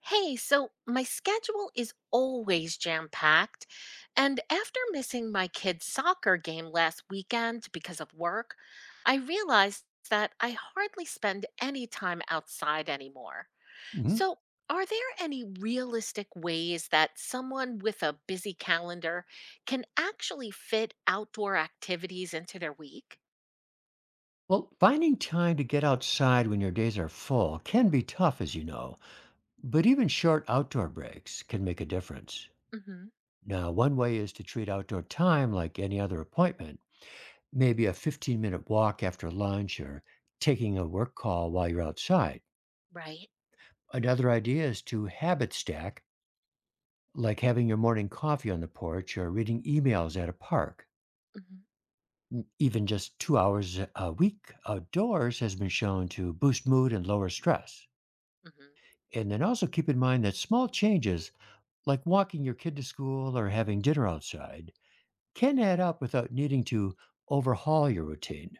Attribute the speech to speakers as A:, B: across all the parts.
A: Hey, so my schedule is always jam-packed, and after missing my kid's soccer game last weekend because of work, I realized that I hardly spend any time outside anymore.
B: Hmm.
A: So, are there any realistic ways that someone with a busy calendar can actually fit outdoor activities into their week?
B: Well, finding time to get outside when your days are full can be tough, as you know, but even short outdoor breaks can make a difference.
A: Mhm.
B: Now, one way is to treat outdoor time like any other appointment, maybe a 15-minute walk after lunch or taking a work call while you're outside.
A: Right.
B: Another idea is to habit stack, like having your morning coffee on the porch or reading emails at a park.
A: Mhm.
B: Even just 2 hours a week outdoors has been shown to boost mood and lower stress.
A: Mhm.
B: And then also keep in mind that small changes, like walking your kid to school or having dinner outside, can add up without needing to overhaul your routine.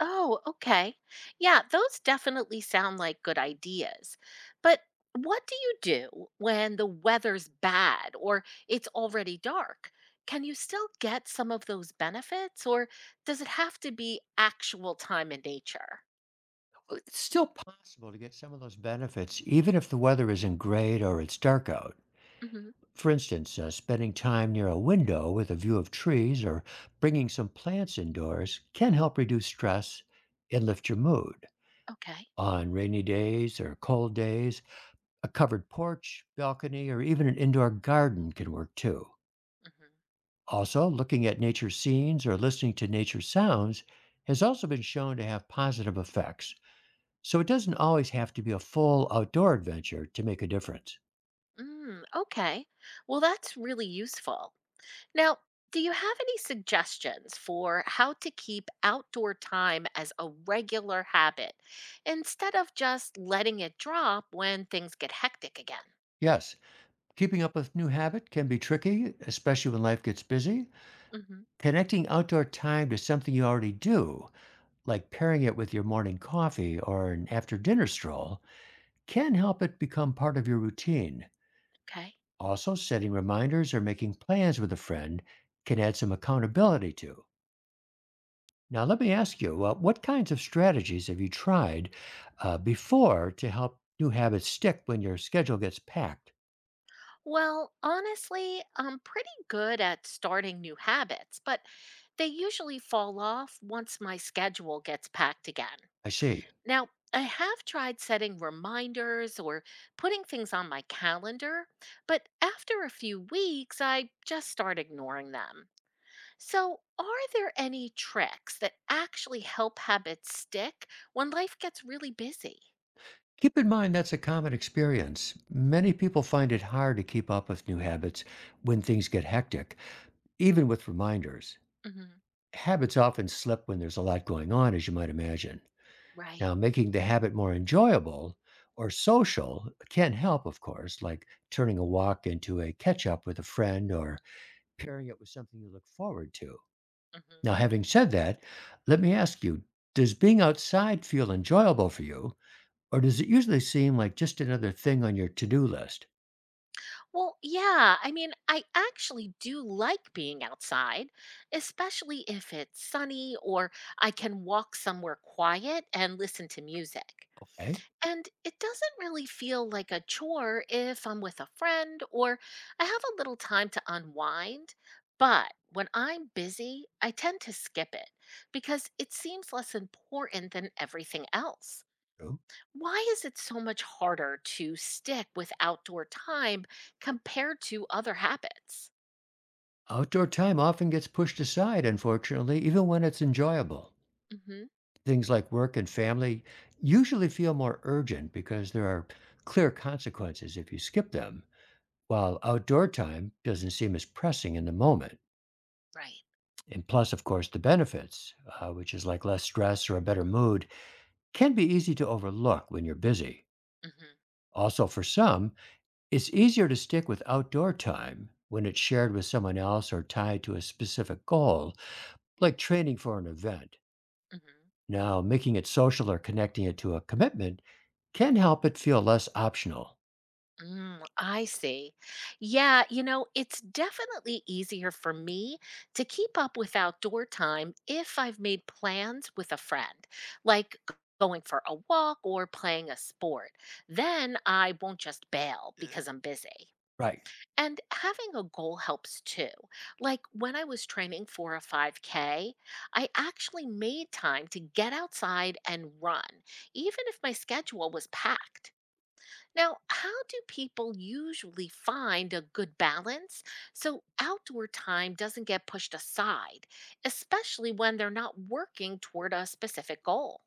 A: Oh, okay. Yeah, those definitely sound like good ideas. But what do you do when the weather's bad or it's already dark? Can you still get some of those benefits or does it have to be actual time in nature?
B: Well, it's still possible to get some of those benefits even if the weather isn't great or it's dark out.
A: Hmm.
B: For instance, spending time near a window with a view of trees or bringing some plants indoors can help reduce stress and lift your mood.
A: Okay.
B: On rainy days or cold days, a covered porch, balcony, or even an indoor garden can work too.
A: Hmm.
B: Also, looking at nature scenes or listening to nature sounds has also been shown to have positive effects, so it doesn't always have to be a full outdoor adventure to make a difference.
A: Mm, okay. Well, that's really useful. Now, do you have any suggestions for how to keep outdoor time as a regular habit instead of just letting it drop when things get hectic again?
B: Yes, keeping up with new habit can be tricky, especially when life gets busy.
A: Hmm.
B: Connecting outdoor time to something you already do, like pairing it with your morning coffee or an after dinner stroll, can help it become part of your routine.
A: Okay.
B: Also, setting reminders or making plans with a friend can add some accountability to. Now, let me ask you, what kinds of strategies have you tried before to help new habits stick when your schedule gets packed?
A: Well, honestly, I'm pretty good at starting new habits, but they usually fall off once my schedule gets packed again.
B: I see.
A: Now, I have tried setting reminders or putting things on my calendar, but after a few weeks, I just start ignoring them. So, are there any tricks that actually help habits stick when life gets really busy?
B: Keep in mind that's a common experience. Many people find it hard to keep up with new habits when things get hectic, even with reminders.
A: Hmm.
B: Habits often slip when there's a lot going on, as you might imagine.
A: Right.
B: Now, making the habit more enjoyable or social can help, of course, like turning a walk into a catch up with a friend or pairing it with something you look forward to.
A: Hmm.
B: Now, having said that, let me ask you, does being outside feel enjoyable for you, or does it usually seem like just another thing on your to do list?
A: Well, yeah. I mean, I actually do like being outside, especially if it's sunny or I can walk somewhere quiet and listen to music.
B: Okay,
A: And it doesn't really feel like a chore if I'm with a friend or I have a little time to unwind. But when I'm busy, I tend to skip it because it seems less important than everything else.
B: true.
A: Why is it so much harder to stick with outdoor time compared to other habits?
B: Outdoor time often gets pushed aside, unfortunately, even when it's enjoyable.
A: Hmm.
B: Things like work and family usually feel more urgent because there are clear consequences if you skip them, while outdoor time doesn't seem as pressing in the moment.
A: Right.
B: And plus, of course, the benefits, which is like less stress or a better mood, can be easy to overlook when you're busy.
A: Hmm.
B: Also, for some, it's easier to stick with outdoor time when it's shared with someone else or tied to a specific goal, like training for an event.
A: Hmm.
B: Now, making it social or connecting it to a commitment can help it feel less optional.
A: Mm, I see. Yeah, you know, it's definitely easier for me to keep up with outdoor time if I've made plans with a friend, like going for a walk or playing a sport. Then I won't just bail because I'm busy.
B: Right.
A: And having a goal helps too. Like when I was training for a 5K, I actually made time to get outside and run, even if my schedule was packed. Now, how do people usually find a good balance so outdoor time doesn't get pushed aside, especially when they're not working toward a specific goal?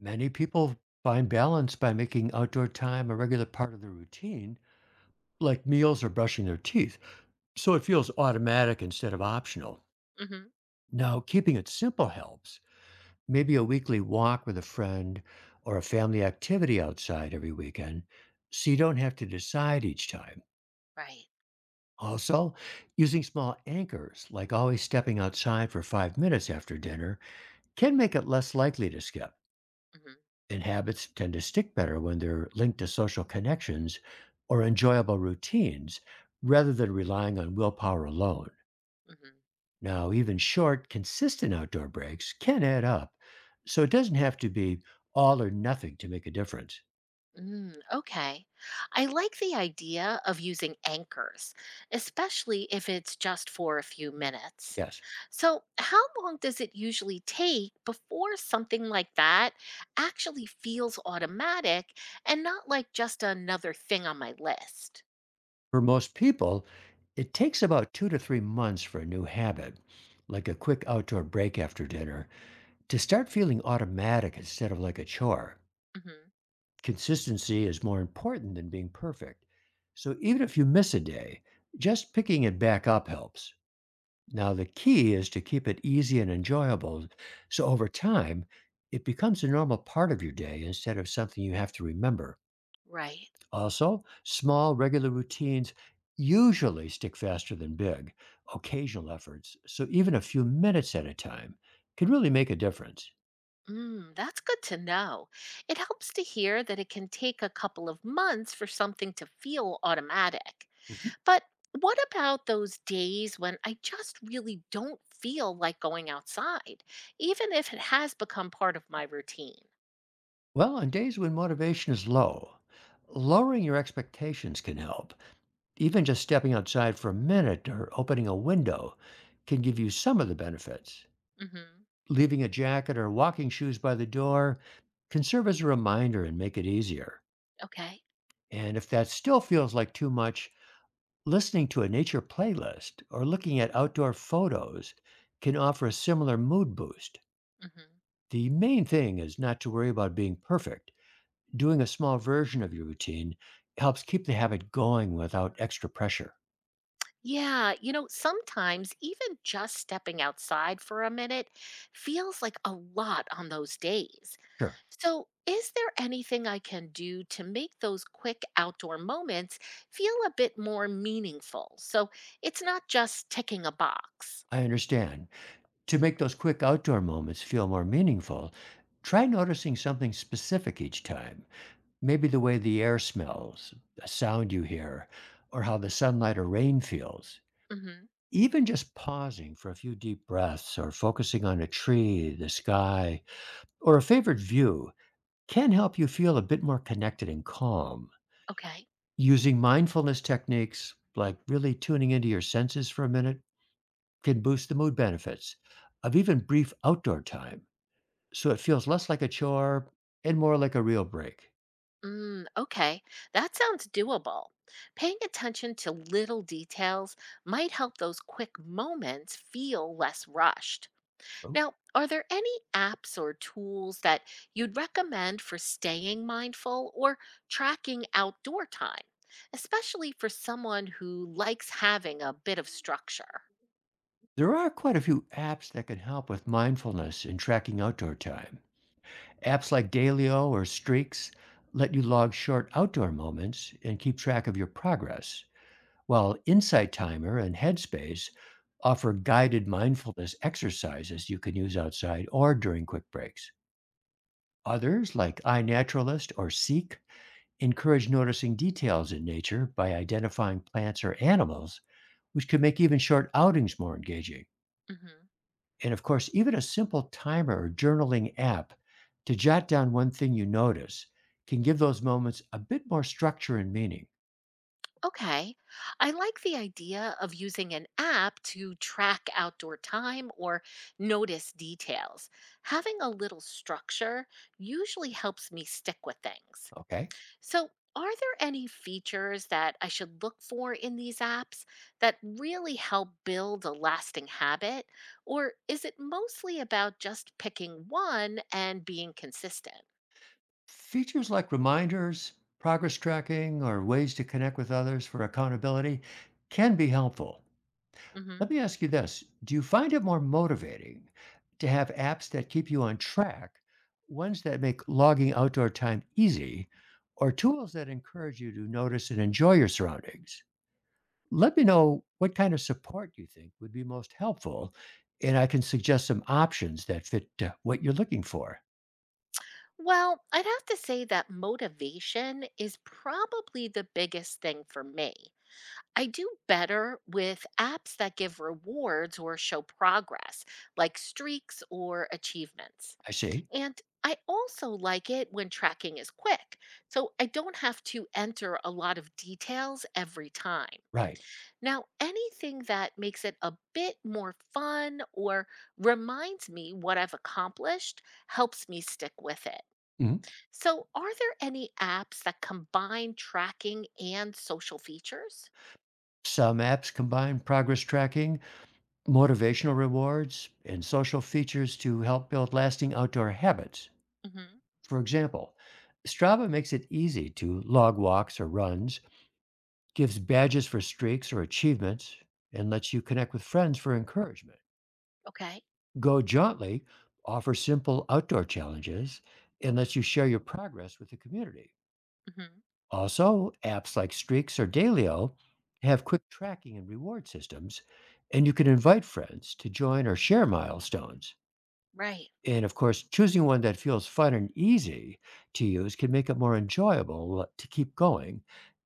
B: Many people find balance by making outdoor time a regular part of their routine, like meals or brushing their teeth, so it feels automatic instead of optional.
A: Hmm.
B: Now, keeping it simple helps. Maybe a weekly walk with a friend or a family activity outside every weekend, so you don't have to decide each time.
A: Right.
B: Also, using small anchors, like always stepping outside for 5 minutes after dinner, can make it less likely to skip.
A: Hmm.
B: And habits tend to stick better when they're linked to social connections or enjoyable routines rather than relying on willpower alone.
A: Hmm.
B: Now, even short, consistent outdoor breaks can add up, so it doesn't have to be all or nothing to make a difference.
A: Mm, okay. I like the idea of using anchors, especially if it's just for a few minutes.
B: Yes.
A: So, how long does it usually take before something like that actually feels automatic and not like just another thing on my list?
B: For most people, it takes about 2 to 3 months for a new habit, like a quick outdoor break after dinner, to start feeling automatic instead of like a chore.
A: Hmm.
B: Consistency is more important than being perfect. So even if you miss a day, just picking it back up helps. Now, the key is to keep it easy and enjoyable. So over time, it becomes a normal part of your day instead of something you have to remember.
A: Right.
B: Also, small, regular routines usually stick faster than big, occasional efforts, so even a few minutes at a time can really make a difference.
A: Mm, that's good to know. It helps to hear that it can take a couple of months for something to feel automatic.
B: Mhm.
A: But what about those days when I just really don't feel like going outside, even if it has become part of my routine?
B: Well, on days when motivation is low, lowering your expectations can help. Even just stepping outside for a minute or opening a window can give you some of the benefits.
A: Hmm.
B: Leaving a jacket or walking shoes by the door can serve as a reminder and make it easier.
A: Okay.
B: And if that still feels like too much, listening to a nature playlist or looking at outdoor photos can offer a similar mood boost.
A: Hmm.
B: The main thing is not to worry about being perfect. Doing a small version of your routine helps keep the habit going without extra pressure.
A: Yeah. You know, sometimes even just stepping outside for a minute feels like a lot on those days.
B: Sure,
A: So, is there anything I can do to make those quick outdoor moments feel a bit more meaningful? So it's not just ticking a box.
B: I understand. To make those quick outdoor moments feel more meaningful, try noticing something specific each time. Maybe the way the air smells, a sound you hear, or how the sunlight or rain feels.
A: Hmm.
B: Even just pausing for a few deep breaths or focusing on a tree, the sky, or a favorite view can help you feel a bit more connected and calm.
A: Okay.
B: Using mindfulness techniques, like really tuning into your senses for a minute, can boost the mood benefits of even brief outdoor time. So it feels less like a chore and more like a real break.
A: Mm, okay, that sounds doable. Paying attention to little details might help those quick moments feel less rushed.
B: Oh,
A: Now, are there any apps or tools that you'd recommend for staying mindful or tracking outdoor time, especially for someone who likes having a bit of structure?
B: there are quite a few apps that can help with mindfulness and tracking outdoor time. Apps like Dailyo or Streaks let you log short outdoor moments and keep track of your progress, while Insight Timer and Headspace offer guided mindfulness exercises you can use outside or during quick breaks. Others, like iNaturalist or Seek, encourage noticing details in nature by identifying plants or animals, which can make even short outings more engaging.
A: Hmm.
B: And of course, even a simple timer or journaling app to jot down one thing you notice can give those moments a bit more structure and meaning.
A: Okay. I like the idea of using an app to track outdoor time or notice details. Having a little structure usually helps me stick with things.
B: Okay.
A: So, are there any features that I should look for in these apps that really help build a lasting habit? Or is it mostly about just picking one and being consistent?
B: Features like reminders, progress tracking, or ways to connect with others for accountability can be helpful.
A: Hmm.
B: Let me ask you this. Do you find it more motivating to have apps that keep you on track, ones that make logging outdoor time easy, or tools that encourage you to notice and enjoy your surroundings? Let me know what kind of support you think would be most helpful, and I can suggest some options that fit what you're looking for.
A: Well, I'd have to say that motivation is probably the biggest thing for me. I do better with apps that give rewards or show progress, like streaks or achievements.
B: I see.
A: And I also like it when tracking is quick, so I don't have to enter a lot of details every time.
B: Right.
A: Now, anything that makes it a bit more fun or reminds me what I've accomplished helps me stick with it.
B: Mhm.
A: So, are there any apps that combine tracking and social features?
B: Some apps combine progress tracking, motivational rewards, and social features to help build lasting outdoor habits.
A: Hmm.
B: For example, Strava makes it easy to log walks or runs, gives badges for streaks or achievements, and lets you connect with friends for encouragement.
A: Okay.
B: Go Jauntly offers simple outdoor challenges and lets you share your progress with the community.
A: Hmm.
B: Also, apps like Streaks or Dalio have quick tracking and reward systems, and you can invite friends to join or share milestones.
A: Right.
B: And of course, choosing one that feels fun and easy to use can make it more enjoyable to keep going,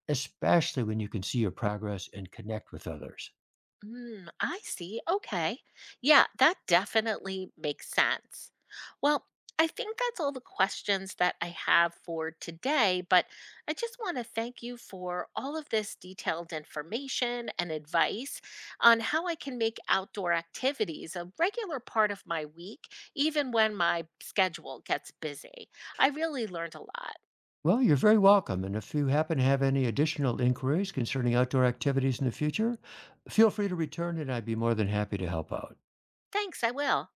B: especially when you can see your progress and connect with others.
A: Mm, I see. Okay. Yeah, that definitely makes sense. Well, I think that's all the questions that I have for today, but I just want to thank you for all of this detailed information and advice on how I can make outdoor activities a regular part of my week, even when my schedule gets busy. I really learned a lot.
B: Well, you're very welcome. And if you happen to have any additional inquiries concerning outdoor activities in the future, feel free to return and I'd be more than happy to help out.
A: Thanks, I will.